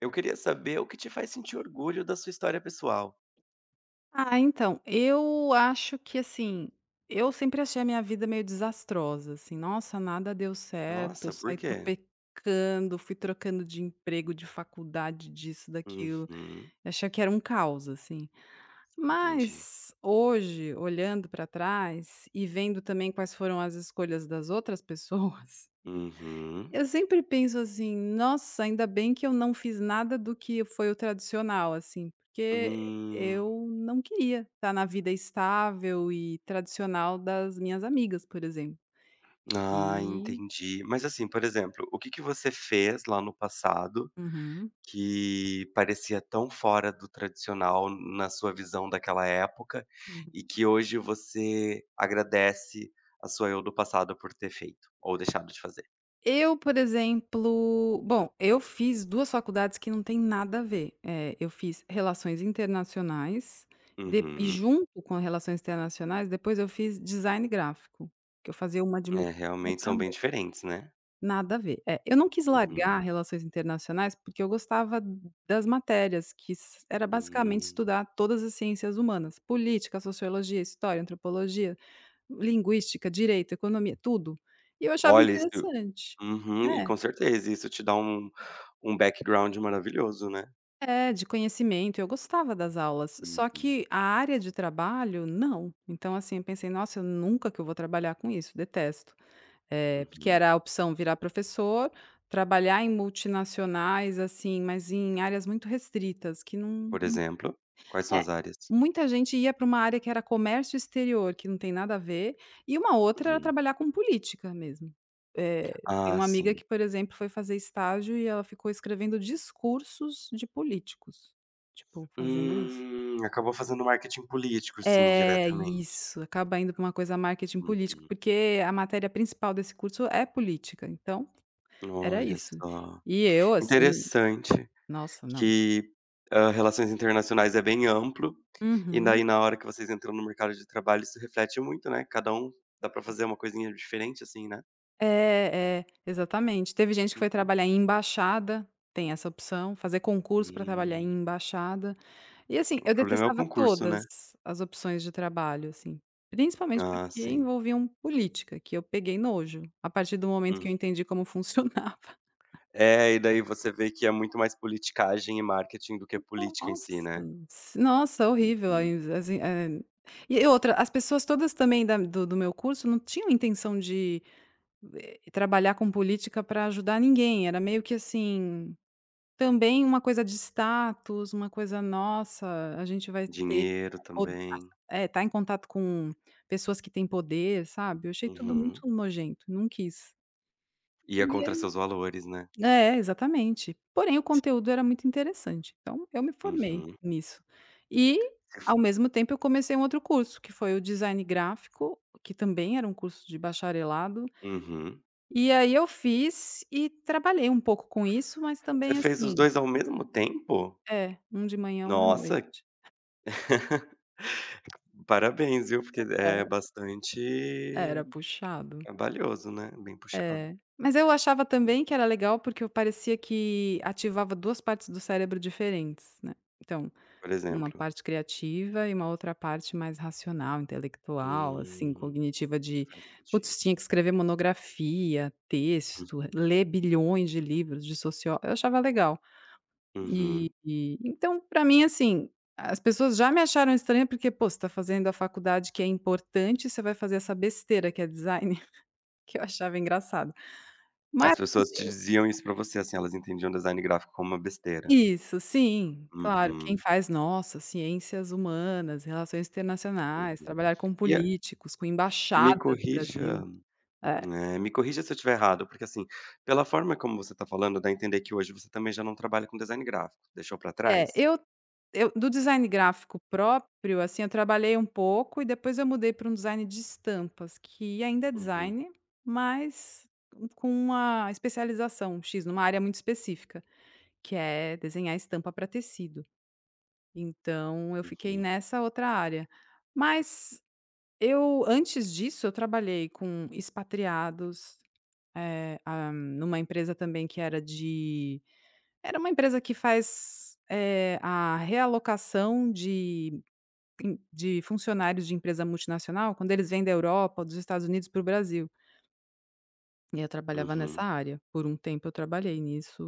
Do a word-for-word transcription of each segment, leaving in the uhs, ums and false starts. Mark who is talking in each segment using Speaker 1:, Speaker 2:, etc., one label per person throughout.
Speaker 1: Eu queria saber o que te faz sentir orgulho da sua história pessoal.
Speaker 2: Ah, então, eu acho que assim, eu sempre achei a minha vida meio desastrosa, assim, nossa, nada deu certo, eu
Speaker 1: Nossa, por
Speaker 2: saí
Speaker 1: quê?
Speaker 2: tropecando, fui trocando de emprego, de faculdade, disso, daquilo,
Speaker 1: Uhum,
Speaker 2: eu achei que era um caos, assim.
Speaker 1: entendi.
Speaker 2: Mas hoje, olhando para trás e vendo também quais foram as escolhas das outras pessoas,
Speaker 1: Uhum.
Speaker 2: eu sempre penso assim: "Nossa, ainda bem que eu não fiz nada do que foi o tradicional", assim, porque
Speaker 1: Hum.
Speaker 2: eu não queria estar na vida estável e tradicional das minhas amigas, por exemplo.
Speaker 1: Ah,
Speaker 2: E
Speaker 1: entendi. Mas assim, por exemplo, o que que você fez lá no passado
Speaker 2: uhum,
Speaker 1: que parecia tão fora do tradicional na sua visão daquela época
Speaker 2: uhum.
Speaker 1: e que hoje você agradece a sua eu do passado por ter feito ou deixado de fazer?
Speaker 2: Eu, por exemplo Bom, eu fiz duas faculdades que não têm nada a ver. Eh, eu fiz Relações Internacionais, de e
Speaker 1: Uhum.
Speaker 2: junto com Relações Internacionais, depois eu fiz Design Gráfico, que eu fazia uma de manhã
Speaker 1: É,
Speaker 2: e
Speaker 1: realmente
Speaker 2: outra à.
Speaker 1: são bem diferentes, né?
Speaker 2: Nada a ver. É, eu não quis
Speaker 1: Uhum.
Speaker 2: largar relações internacionais, porque eu gostava das matérias, que s era basicamente
Speaker 1: Hum.
Speaker 2: estudar todas as ciências humanas: política, sociologia, história, antropologia, linguística, direito, economia, tudo. E eu achava
Speaker 1: Olha, isso
Speaker 2: interessante.
Speaker 1: uhum, e
Speaker 2: É.
Speaker 1: com certeza, isso te dá um um background maravilhoso, né.
Speaker 2: É, de conhecimento, eu gostava das aulas, só
Speaker 1: Uhum,
Speaker 2: que a área de trabalho, não. Então, assim, eu pensei: "Nossa, eu nunca que eu vou trabalhar com isso, detesto". Eh, porque
Speaker 1: uhum.
Speaker 2: era a opção virar professor, trabalhar em multinacionais, assim, mas em áreas muito restritas, que não.
Speaker 1: Por
Speaker 2: não
Speaker 1: exemplo? Quais são
Speaker 2: é,
Speaker 1: as áreas?
Speaker 2: Muita gente ia para uma área que era comércio exterior, que não tem nada a ver, e uma outra era
Speaker 1: Uhum.
Speaker 2: trabalhar com política mesmo. Eh, Tem
Speaker 1: Ah,
Speaker 2: uma amiga
Speaker 1: sim.
Speaker 2: que, por exemplo, foi fazer estágio e ela ficou escrevendo discursos de políticos, tipo, fazendo isso.
Speaker 1: Hum, acabou fazendo marketing político, sim,
Speaker 2: É,
Speaker 1: diretamente.
Speaker 2: isso, acaba indo para uma coisa marketing político,
Speaker 1: Uhum.
Speaker 2: porque a matéria principal desse curso é política, então. Era
Speaker 1: Olha
Speaker 2: isso.
Speaker 1: só.
Speaker 2: E eu assim,
Speaker 1: Interessante
Speaker 2: nossa, não.
Speaker 1: que, hã, relações internacionais é bem amplo, e
Speaker 2: Uhum.
Speaker 1: daí na hora que vocês entram no mercado de trabalho, isso reflete muito, né, cada um dá pra fazer uma coisinha diferente, assim, né.
Speaker 2: É, é, exatamente. Teve gente que foi trabalhar em embaixada, tem essa opção, fazer concurso para trabalhar em
Speaker 1: Uhum.
Speaker 2: embaixada. E assim,
Speaker 1: O
Speaker 2: eu
Speaker 1: problema é o
Speaker 2: detestava
Speaker 1: concurso,
Speaker 2: todas
Speaker 1: né.
Speaker 2: as opções de trabalho, assim, principalmente
Speaker 1: Ah,
Speaker 2: porque
Speaker 1: sim.
Speaker 2: envolviam política, que eu peguei nojo, a partir do momento que eu
Speaker 1: Hum.
Speaker 2: entendi como funcionava.
Speaker 1: É, e daí você vê que é muito mais politicagem e marketing do que política em
Speaker 2: Nossa,
Speaker 1: si, né.
Speaker 2: s nossa, horrível, aí
Speaker 1: Uhum.
Speaker 2: assim, eh, e outra, as pessoas todas também da do do meu curso não tinham intenção de. Eh, trabalhar com política para ajudar ninguém, era meio que assim, também uma coisa de status, uma coisa nossa, a gente vai.
Speaker 1: Dinheiro
Speaker 2: Po
Speaker 1: também.
Speaker 2: É, tá em contato com pessoas que têm poder, sabe, eu achei tudo muito
Speaker 1: Uhum.
Speaker 2: nojento, não quis.
Speaker 1: Ia
Speaker 2: E
Speaker 1: contra
Speaker 2: aí
Speaker 1: seus valores, né.
Speaker 2: é, exatamente. Porém o conteúdo era muito interessante, então eu me formei
Speaker 1: Uhum,
Speaker 2: nisso. E, ao mesmo tempo, eu comecei um outro curso, que foi o design gráfico, que também era um curso de bacharelado.
Speaker 1: uhum.
Speaker 2: E aí eu fiz e trabalhei um pouco com isso, mas
Speaker 1: Você
Speaker 2: também
Speaker 1: fez os
Speaker 2: assim
Speaker 1: dois ao mesmo tempo?
Speaker 2: é, um de manhã, um à
Speaker 1: Nossa,
Speaker 2: noite.
Speaker 1: parabéns, viu, porque é
Speaker 2: É,
Speaker 1: bastante
Speaker 2: era puxado.
Speaker 1: valioso, né, bem puxado.
Speaker 2: É. Mas eu achava também que era legal, porque eu parecia que ativava duas partes do cérebro diferentes, né. Então,
Speaker 1: Por
Speaker 2: uma
Speaker 1: exemplo.
Speaker 2: parte criativa e uma outra parte mais racional, intelectual, assim,
Speaker 1: Hum,
Speaker 2: cognitiva de:
Speaker 1: faz
Speaker 2: "Putz,
Speaker 1: sentido.
Speaker 2: tinha que escrever monografia, texto,
Speaker 1: Uhum,
Speaker 2: ler bilhões de livros de socio", eu achava legal. E
Speaker 1: uhum.
Speaker 2: e então, para mim, assim, as pessoas já me acharam estranha, porque: "Pô, você tá fazendo a faculdade que é importante, você vai fazer essa besteira que é design", que eu achava engraçado. Mas
Speaker 1: As pessoas te diziam isso pra você, assim, elas entendiam design gráfico como uma besteira.
Speaker 2: isso, sim, claro, quem
Speaker 1: Uhum,
Speaker 2: faz nossa, ciências humanas, relações internacionais,
Speaker 1: uhum.
Speaker 2: trabalhar com
Speaker 1: E a
Speaker 2: políticos, com embaixada
Speaker 1: me
Speaker 2: do
Speaker 1: corrija
Speaker 2: Brasil. É.
Speaker 1: eh, me corrija se eu estiver errado, porque, assim, pela forma como você tá falando, dá a entender que hoje você também já não trabalha com design gráfico, deixou pra
Speaker 2: É,
Speaker 1: trás?
Speaker 2: eu eu do design gráfico próprio, assim, eu trabalhei um pouco e depois eu mudei para um design de estampas, que ainda é
Speaker 1: Uhum,
Speaker 2: design, mas com uma especialização X, numa área muito específica, que é desenhar estampa para tecido. Então eu fiquei
Speaker 1: uhum,
Speaker 2: nessa outra área. Mas eu antes disso, eu trabalhei com expatriados, eh, hã, numa empresa também que era de era uma empresa que faz, eh, a realocação de em de funcionários de empresa multinacional, quando eles vêm da Europa, dos Estados Unidos para o Brasil. E eu trabalhava nessa
Speaker 1: uhum.
Speaker 2: área. Por um tempo eu trabalhei nisso,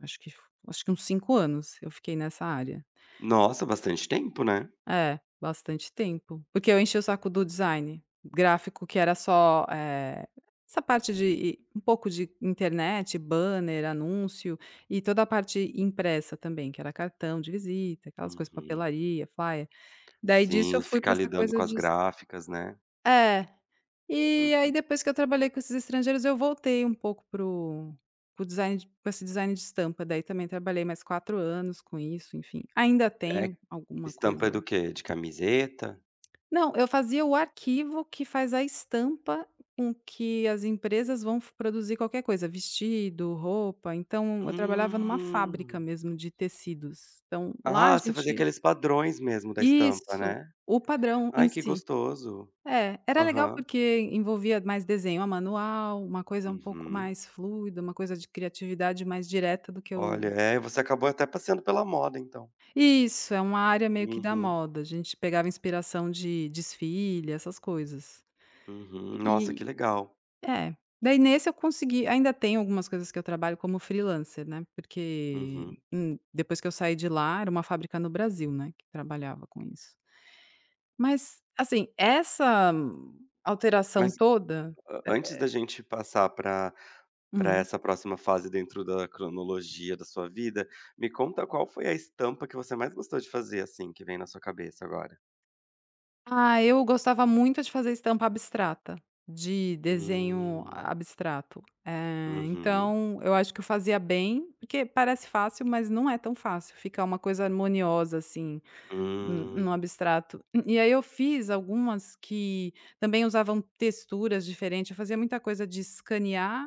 Speaker 2: acho que f acho que uns cinco anos eu fiquei nessa área.
Speaker 1: Nossa, bastante tempo, né?
Speaker 2: É, bastante tempo. Porque eu enchi o saco do design gráfico, que era só, eh, essa parte de um pouco de internet, banner, anúncio e toda a parte impressa também, que era cartão de visita, aquelas coisas,
Speaker 1: Uhum.
Speaker 2: papelaria, flyer. Daí disso eu
Speaker 1: Sim,
Speaker 2: fui para
Speaker 1: ficar
Speaker 2: essa
Speaker 1: lidando
Speaker 2: coisa
Speaker 1: com as
Speaker 2: de
Speaker 1: gráficas, né?
Speaker 2: é. E aí
Speaker 1: Uhum.
Speaker 2: depois que eu trabalhei com esses estrangeiros, eu voltei um pouco pro o design de pra esse design de estampa. Daí também trabalhei mais quatro anos com isso, enfim. Ainda
Speaker 1: É
Speaker 2: tenho alguma
Speaker 1: estampa
Speaker 2: coisa.
Speaker 1: é do quê? De camiseta?
Speaker 2: Não, eu fazia o arquivo que faz a estampa com que as empresas vão f produzir qualquer coisa, vestido, roupa, então eu trabalhava numa fábrica
Speaker 1: Hum.
Speaker 2: mesmo de tecidos, então lá a
Speaker 1: Ah, você fazia
Speaker 2: gente.
Speaker 1: aqueles padrões mesmo da estampa,
Speaker 2: Isso,
Speaker 1: né?
Speaker 2: o padrão em
Speaker 1: Ai, que
Speaker 2: si.
Speaker 1: gostoso.
Speaker 2: É, era legal
Speaker 1: Aham.
Speaker 2: porque envolvia mais desenho a manual, uma coisa um pouco
Speaker 1: Uhum.
Speaker 2: mais fluida, uma coisa de criatividade mais direta do que eu.
Speaker 1: Olha, é, você acabou até passeando pela moda, então.
Speaker 2: Isso, é uma área meio que da
Speaker 1: Uhum,
Speaker 2: moda, a gente pegava inspiração de desfile, essas coisas.
Speaker 1: uhum. Nossa,
Speaker 2: E.
Speaker 1: que legal.
Speaker 2: É. Daí nesse eu consegui. Ainda tem algumas coisas que eu trabalho como freelancer, né, porque,
Speaker 1: Uhum.
Speaker 2: hum, depois que eu saí de lá, era uma fábrica no Brasil, né, que trabalhava com isso. Mas, assim, essa hum, alteração
Speaker 1: Mas
Speaker 2: toda
Speaker 1: a antes
Speaker 2: eh
Speaker 1: da gente passar para pra
Speaker 2: hum.
Speaker 1: essa próxima fase dentro da cronologia da sua vida, me conta qual foi a estampa que você mais gostou de fazer, assim, que vem na sua cabeça agora?
Speaker 2: Ah, eu gostava muito de fazer estampa abstrata, de desenho
Speaker 1: Hum.
Speaker 2: abstrato. Eh,
Speaker 1: Uhum.
Speaker 2: então eu acho que eu fazia bem, porque parece fácil, mas não é tão fácil, fica uma coisa harmoniosa, assim. Hum, no
Speaker 1: Hum.
Speaker 2: abstrato. E aí eu fiz algumas que também usavam texturas diferentes, eu fazia muita coisa de escanear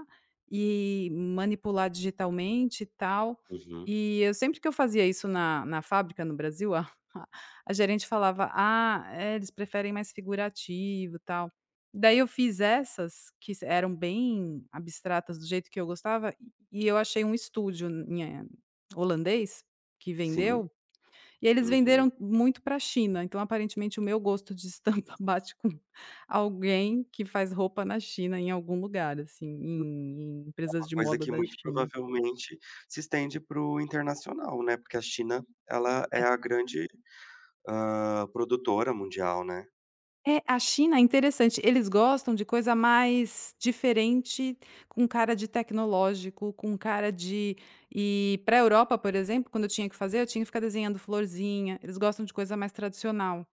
Speaker 2: e manipular digitalmente e tal.
Speaker 1: Uhum.
Speaker 2: E eu sempre que eu fazia isso na na fábrica no Brasil, a a gerente falava: "Ah, é, eles preferem mais figurativo, e tal". Daí eu fiz essas que s eram bem abstratas do jeito que eu gostava, e eu achei um estúdio, em, eh, holandês, que
Speaker 1: Sim.
Speaker 2: vendeu e eles
Speaker 1: Uhum.
Speaker 2: venderam muito para a China, então aparentemente o meu gosto de estampa bate com alguém que faz roupa na China, em algum lugar, assim, em em empresas
Speaker 1: Uma
Speaker 2: de
Speaker 1: coisa
Speaker 2: moda
Speaker 1: que
Speaker 2: da
Speaker 1: muito
Speaker 2: China.
Speaker 1: provavelmente se estende para o internacional, né, porque a China ela é
Speaker 2: É.
Speaker 1: a grande, hã, produtora mundial, né.
Speaker 2: É, a China é interessante, eles gostam de coisa mais diferente, com cara de tecnológico, com cara de. E para a Europa, por exemplo, quando eu tinha que fazer, eu tinha que ficar desenhando florzinha, eles gostam de coisa mais tradicional.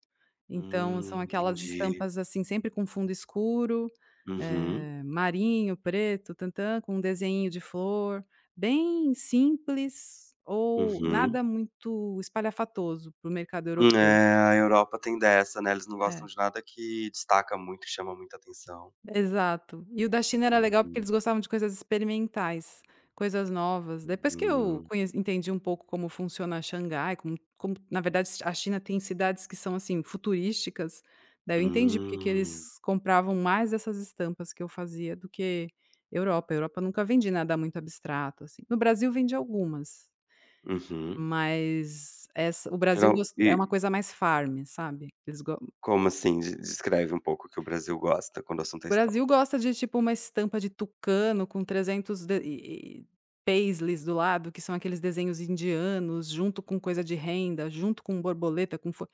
Speaker 2: Então são
Speaker 1: Hum,
Speaker 2: aquelas
Speaker 1: entendi.
Speaker 2: estampas, assim, sempre com fundo escuro,
Speaker 1: Uhum,
Speaker 2: eh, marinho, preto, tantã, com um desenho de flor, bem simples ou
Speaker 1: uhum.
Speaker 2: nada muito espalhafatoso para o mercado
Speaker 1: É,
Speaker 2: europeu.
Speaker 1: a Europa tem dessa, né, eles não gostam de nada que destaca muito, que chama muita atenção.
Speaker 2: Exato. E o da China era legal porque
Speaker 1: Uhum,
Speaker 2: eles gostavam de coisas experimentais, coisas novas. Depois que eu
Speaker 1: hum,
Speaker 2: conheci entendi um pouco como funciona Xangai, como como na verdade a China tem cidades que são, assim, futurísticas, daí eu entendi porque que
Speaker 1: hum,
Speaker 2: eles compravam mais essas estampas que eu fazia do que Europa. Europa eu nunca vendi nada muito abstrato, assim. No Brasil vendi algumas,
Speaker 1: uhum.
Speaker 2: mas essa o Brasil
Speaker 1: Geral
Speaker 2: gos
Speaker 1: e
Speaker 2: é uma coisa mais farm, sabe. Eles go.
Speaker 1: como assim? De descreve um pouco o que o Brasil gosta quando o assunto é
Speaker 2: O
Speaker 1: estampa.
Speaker 2: Brasil gosta de, tipo, uma estampa de tucano com trezentos de e e paisleys do lado, que são aqueles desenhos indianos, junto com coisa de renda, junto com borboleta, com fo.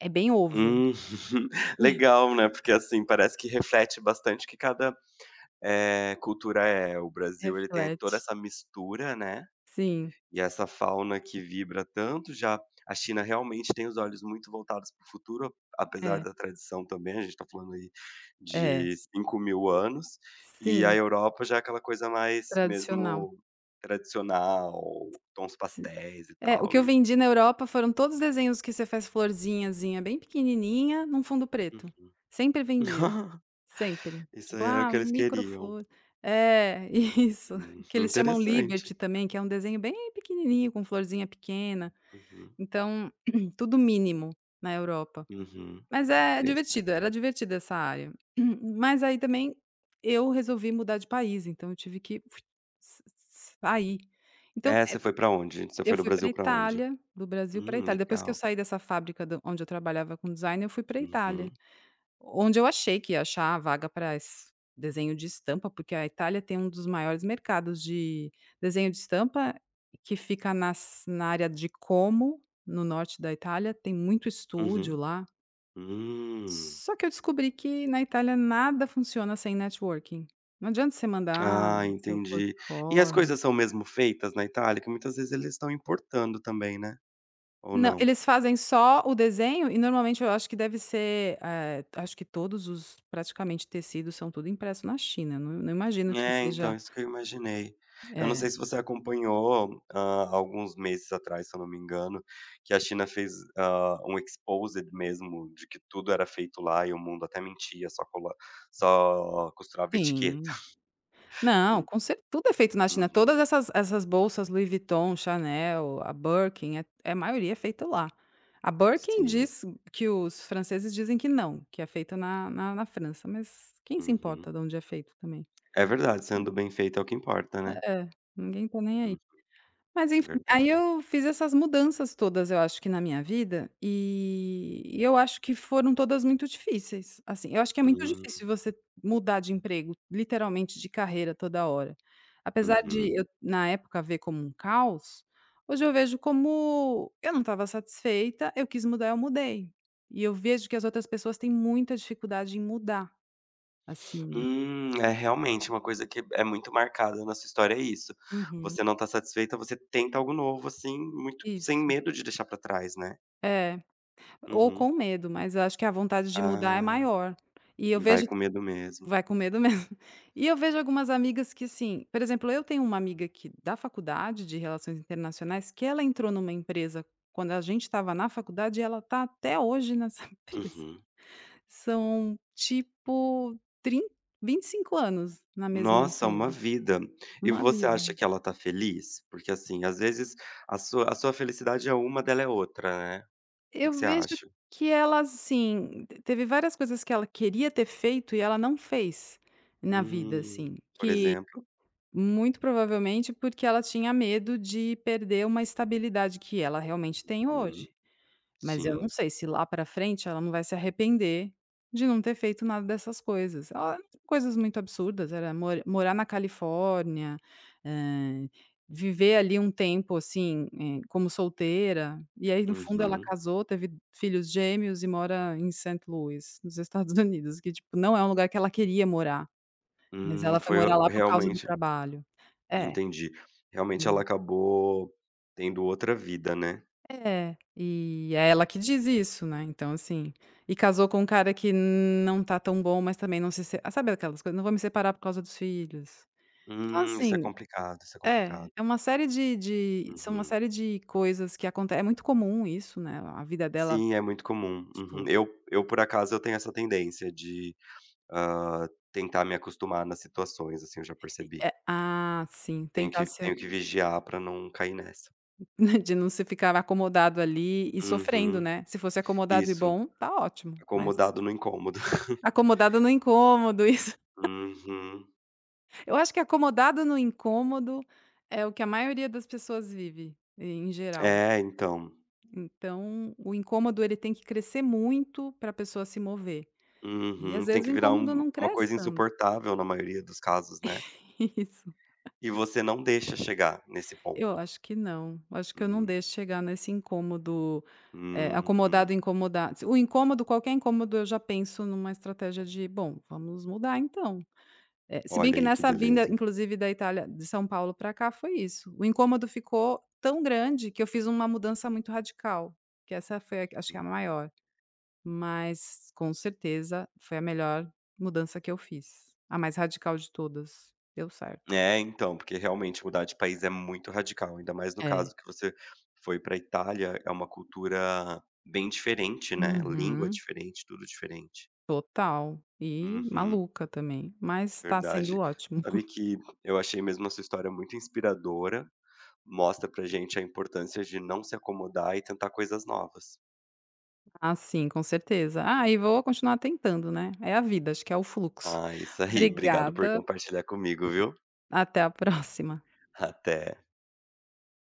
Speaker 2: É bem over.
Speaker 1: Hum. Legal, né, porque, assim, parece que reflete bastante que cada, eh, cultura é. O Brasil, ele tem toda
Speaker 2: Reflete.
Speaker 1: essa mistura, né,
Speaker 2: Sim,
Speaker 1: e essa fauna que vibra tanto. Já a China realmente tem os olhos muito voltados para o futuro, apesar
Speaker 2: é,
Speaker 1: da tradição também, a gente está falando aí
Speaker 2: é.
Speaker 1: de cinco mil anos. E a
Speaker 2: Sim,
Speaker 1: Europa já é aquela coisa mais
Speaker 2: tradicional.
Speaker 1: mesmo tradicional, tons
Speaker 2: Si
Speaker 1: pastéis e
Speaker 2: É, o que
Speaker 1: tal
Speaker 2: eu
Speaker 1: e
Speaker 2: vendi na Europa foram todos desenhos que você faz florzinhazinha bem pequenininha num fundo preto.
Speaker 1: uhum.
Speaker 2: Sempre vendia. Sempre.
Speaker 1: Isso
Speaker 2: Tipo,
Speaker 1: aí era o
Speaker 2: ah,
Speaker 1: que eles queriam.
Speaker 2: microflor é, isso,
Speaker 1: Hum,
Speaker 2: que eles chamam Liberty
Speaker 1: interessante.
Speaker 2: também, que é um desenho bem pequenininho, com florzinha pequena,
Speaker 1: Uhum,
Speaker 2: então tudo mínimo na Europa.
Speaker 1: uhum,
Speaker 2: Mas é divertido,
Speaker 1: interessante.
Speaker 2: era divertida essa área. Mas aí também eu resolvi mudar de país, então eu tive que s s sair. Então,
Speaker 1: É,
Speaker 2: eh,
Speaker 1: você foi pra onde? Você
Speaker 2: eu
Speaker 1: foi do
Speaker 2: fui pra
Speaker 1: Brasil pra onde?
Speaker 2: Itália, do Brasil pra
Speaker 1: Hum,
Speaker 2: Itália, depois que eu
Speaker 1: legal.
Speaker 2: saí dessa fábrica do onde eu trabalhava com design, eu fui pra Itália.
Speaker 1: Uhum,
Speaker 2: Onde eu achei que ia achar a vaga para desenho de estampa, porque a Itália tem um dos maiores mercados de desenho de estampa, que fica nas na área de Como, no norte da Itália, tem muito estúdio
Speaker 1: uhum.
Speaker 2: lá.
Speaker 1: Hum.
Speaker 2: Só que eu descobri que na Itália nada funciona sem networking. Não adianta você mandar
Speaker 1: Ah,
Speaker 2: seu
Speaker 1: entendi. E as
Speaker 2: portfólio.
Speaker 1: coisas são mesmo feitas na Itália? Que muitas vezes eles estão importando também, né, ou
Speaker 2: Não,
Speaker 1: não?
Speaker 2: eles fazem só o desenho e normalmente eu acho que deve ser, eh, acho que todos os praticamente tecidos são tudo impresso na China, não não imagino que
Speaker 1: É,
Speaker 2: seja
Speaker 1: então, isso que eu imaginei. Eu não
Speaker 2: é.
Speaker 1: sei se você acompanhou, hã, alguns meses atrás, se eu não me engano, que a China fez, hã, um exposed mesmo de que tudo era feito lá e o mundo até mentia, só cola só costurava etiqueta.
Speaker 2: Sim. Não,
Speaker 1: E
Speaker 2: com cer tudo é feito na China,
Speaker 1: uhum,
Speaker 2: todas essas essas bolsas Louis Vuitton, Chanel, a Birkin, é é a maioria é feita lá. A Birkin
Speaker 1: sim,
Speaker 2: diz que os franceses dizem que não, que é feita na na na França, mas quem se
Speaker 1: uhum.
Speaker 2: importa de onde é feito também?
Speaker 1: É verdade, sendo bem feito é o que importa, né.
Speaker 2: É, é, ninguém tá nem aí.
Speaker 1: Hum,
Speaker 2: Mas enfim, aí
Speaker 1: verdade.
Speaker 2: eu fiz essas mudanças todas, eu acho que na minha vida, e e eu acho que foram todas muito difíceis, assim, eu acho que é muito
Speaker 1: Hum,
Speaker 2: difícil você mudar de emprego, literalmente de carreira toda hora. Apesar de
Speaker 1: uhum.
Speaker 2: eu, na época, ver como um caos, hoje eu vejo como eu não estava satisfeita, eu quis mudar, eu mudei. E eu vejo que as outras pessoas têm muita dificuldade em mudar, assim.
Speaker 1: Hum, é realmente uma coisa que é muito marcada na sua história, é isso.
Speaker 2: Uhum,
Speaker 1: Você não tá satisfeita, você tenta algo novo, assim, muito sem
Speaker 2: isso.
Speaker 1: medo de deixar pra trás, né.
Speaker 2: É. Ou
Speaker 1: Uhum.
Speaker 2: com medo, mas eu acho que a vontade de mudar é
Speaker 1: Ah,
Speaker 2: maior. E eu
Speaker 1: e vai
Speaker 2: vejo.
Speaker 1: com medo mesmo.
Speaker 2: Vai com medo mesmo. E eu vejo algumas amigas que assim, por exemplo, eu tenho uma amiga que da faculdade de relações internacionais que ela entrou numa empresa quando a gente estava na faculdade e ela está até hoje nessa empresa.
Speaker 1: Uhum.
Speaker 2: São tipo trin vinte e cinco anos na mesma
Speaker 1: Nossa, uma
Speaker 2: empresa,
Speaker 1: vida. E
Speaker 2: uma
Speaker 1: você
Speaker 2: vida.
Speaker 1: acha que ela tá feliz? Porque, assim, às vezes a sua a sua felicidade é uma, dela é outra, né. O que que
Speaker 2: Eu
Speaker 1: você
Speaker 2: vejo
Speaker 1: acha?
Speaker 2: que ela assim, te- teve várias coisas que ela queria ter feito e ela não fez na vida,
Speaker 1: Hum,
Speaker 2: assim,
Speaker 1: por
Speaker 2: que
Speaker 1: exemplo?
Speaker 2: Muito provavelmente porque ela tinha medo de perder uma estabilidade que ela realmente tem hoje.
Speaker 1: Hum,
Speaker 2: Mas eu não
Speaker 1: sim.
Speaker 2: sei se lá para frente ela não vai se arrepender de não ter feito nada dessas coisas. Ela Coisas muito absurdas, era mora morar na Califórnia, eh, viver ali um tempo, assim, eh, como solteira, e aí no fundo ela
Speaker 1: Uhum.
Speaker 2: casou, teve filhos gêmeos e mora em Saint Louis, nos Estados Unidos, que tipo, não é um lugar que ela queria morar, mas
Speaker 1: Hum,
Speaker 2: ela foi
Speaker 1: foi o
Speaker 2: morar lá por causa do
Speaker 1: realmente
Speaker 2: trabalho. É.
Speaker 1: Entendi. Realmente ela
Speaker 2: Sim.
Speaker 1: acabou tendo outra vida, né.
Speaker 2: É, e é ela que diz isso, né, então assim, e casou com um cara que não tá tão bom, mas também não se se Ah, sabe aquelas coisas: "Não vou me separar por causa dos filhos". Então
Speaker 1: Hum, isso é
Speaker 2: assim,
Speaker 1: complicado, isso é
Speaker 2: é,
Speaker 1: complicado.
Speaker 2: é uma série de de são uma
Speaker 1: Uhum.
Speaker 2: série de coisas que aconte é muito comum isso, né, a vida dela,
Speaker 1: Sim, é muito comum. Uhum.
Speaker 2: tipo
Speaker 1: Eu eu, por acaso, eu tenho essa tendência de, hã, tentar me acostumar nas situações, assim, eu já
Speaker 2: e
Speaker 1: percebi.
Speaker 2: é ah, sim,
Speaker 1: Tenho
Speaker 2: tentar
Speaker 1: que
Speaker 2: se
Speaker 1: tenho que vigiar pra não cair nessa.
Speaker 2: de não se ficar acomodado ali e sofrendo,
Speaker 1: Uhum.
Speaker 2: né, se fosse acomodado e
Speaker 1: Isso,
Speaker 2: bom, tá ótimo, mas
Speaker 1: acomodado no incômodo.
Speaker 2: acomodado no incômodo, isso.
Speaker 1: Uhum.
Speaker 2: Eu acho que acomodado no incômodo é o que a maioria das pessoas vive, eh, em geral.
Speaker 1: É, então.
Speaker 2: Então, o incômodo ele tem que crescer muito para a pessoa se mover. E às
Speaker 1: Uhum. Tem
Speaker 2: vezes
Speaker 1: que
Speaker 2: o
Speaker 1: virar
Speaker 2: incômodo
Speaker 1: um
Speaker 2: não
Speaker 1: uma
Speaker 2: cresce
Speaker 1: coisa
Speaker 2: tanto.
Speaker 1: insuportável na maioria dos casos, né.
Speaker 2: Isso.
Speaker 1: E você não deixa chegar nesse
Speaker 2: Eu
Speaker 1: ponto.
Speaker 2: acho que não. Acho que eu não
Speaker 1: Uhum.
Speaker 2: deixo chegar nesse incômodo, eh, acomodado,
Speaker 1: Uhum.
Speaker 2: incomodado. O incômodo, qualquer incômodo, eu já penso numa estratégia de, bom, vamos mudar então. Eh, se bem
Speaker 1: Olha
Speaker 2: que
Speaker 1: aí que
Speaker 2: nessa vinda,
Speaker 1: beleza.
Speaker 2: inclusive da Itália de São Paulo para cá, foi isso. O incômodo ficou tão grande que eu fiz uma mudança muito radical, que essa foi a acho que a
Speaker 1: Hum.
Speaker 2: maior, mas com certeza foi a melhor mudança que eu fiz, a mais radical de todas. Deu certo.
Speaker 1: É, então, porque realmente mudar de país é muito radical, ainda mais no
Speaker 2: É.
Speaker 1: caso que você foi pra Itália, é uma cultura bem diferente, né, língua
Speaker 2: Uhum.
Speaker 1: diferente, tudo diferente.
Speaker 2: Total. E
Speaker 1: Uhum,
Speaker 2: maluca também, mas tá sendo
Speaker 1: verdade.
Speaker 2: ótimo.
Speaker 1: Sabe que eu achei mesmo a sua história muito inspiradora, mostra pra gente a importância de não se acomodar e tentar coisas novas.
Speaker 2: Ah, sim, com certeza. Ah,
Speaker 1: Hum.
Speaker 2: e vou continuar tentando, né. É a vida, acho que é o fluxo.
Speaker 1: Ah, isso aí, obrigado por
Speaker 2: Obrigada,
Speaker 1: compartilhar comigo, viu.
Speaker 2: até a próxima.
Speaker 1: Até.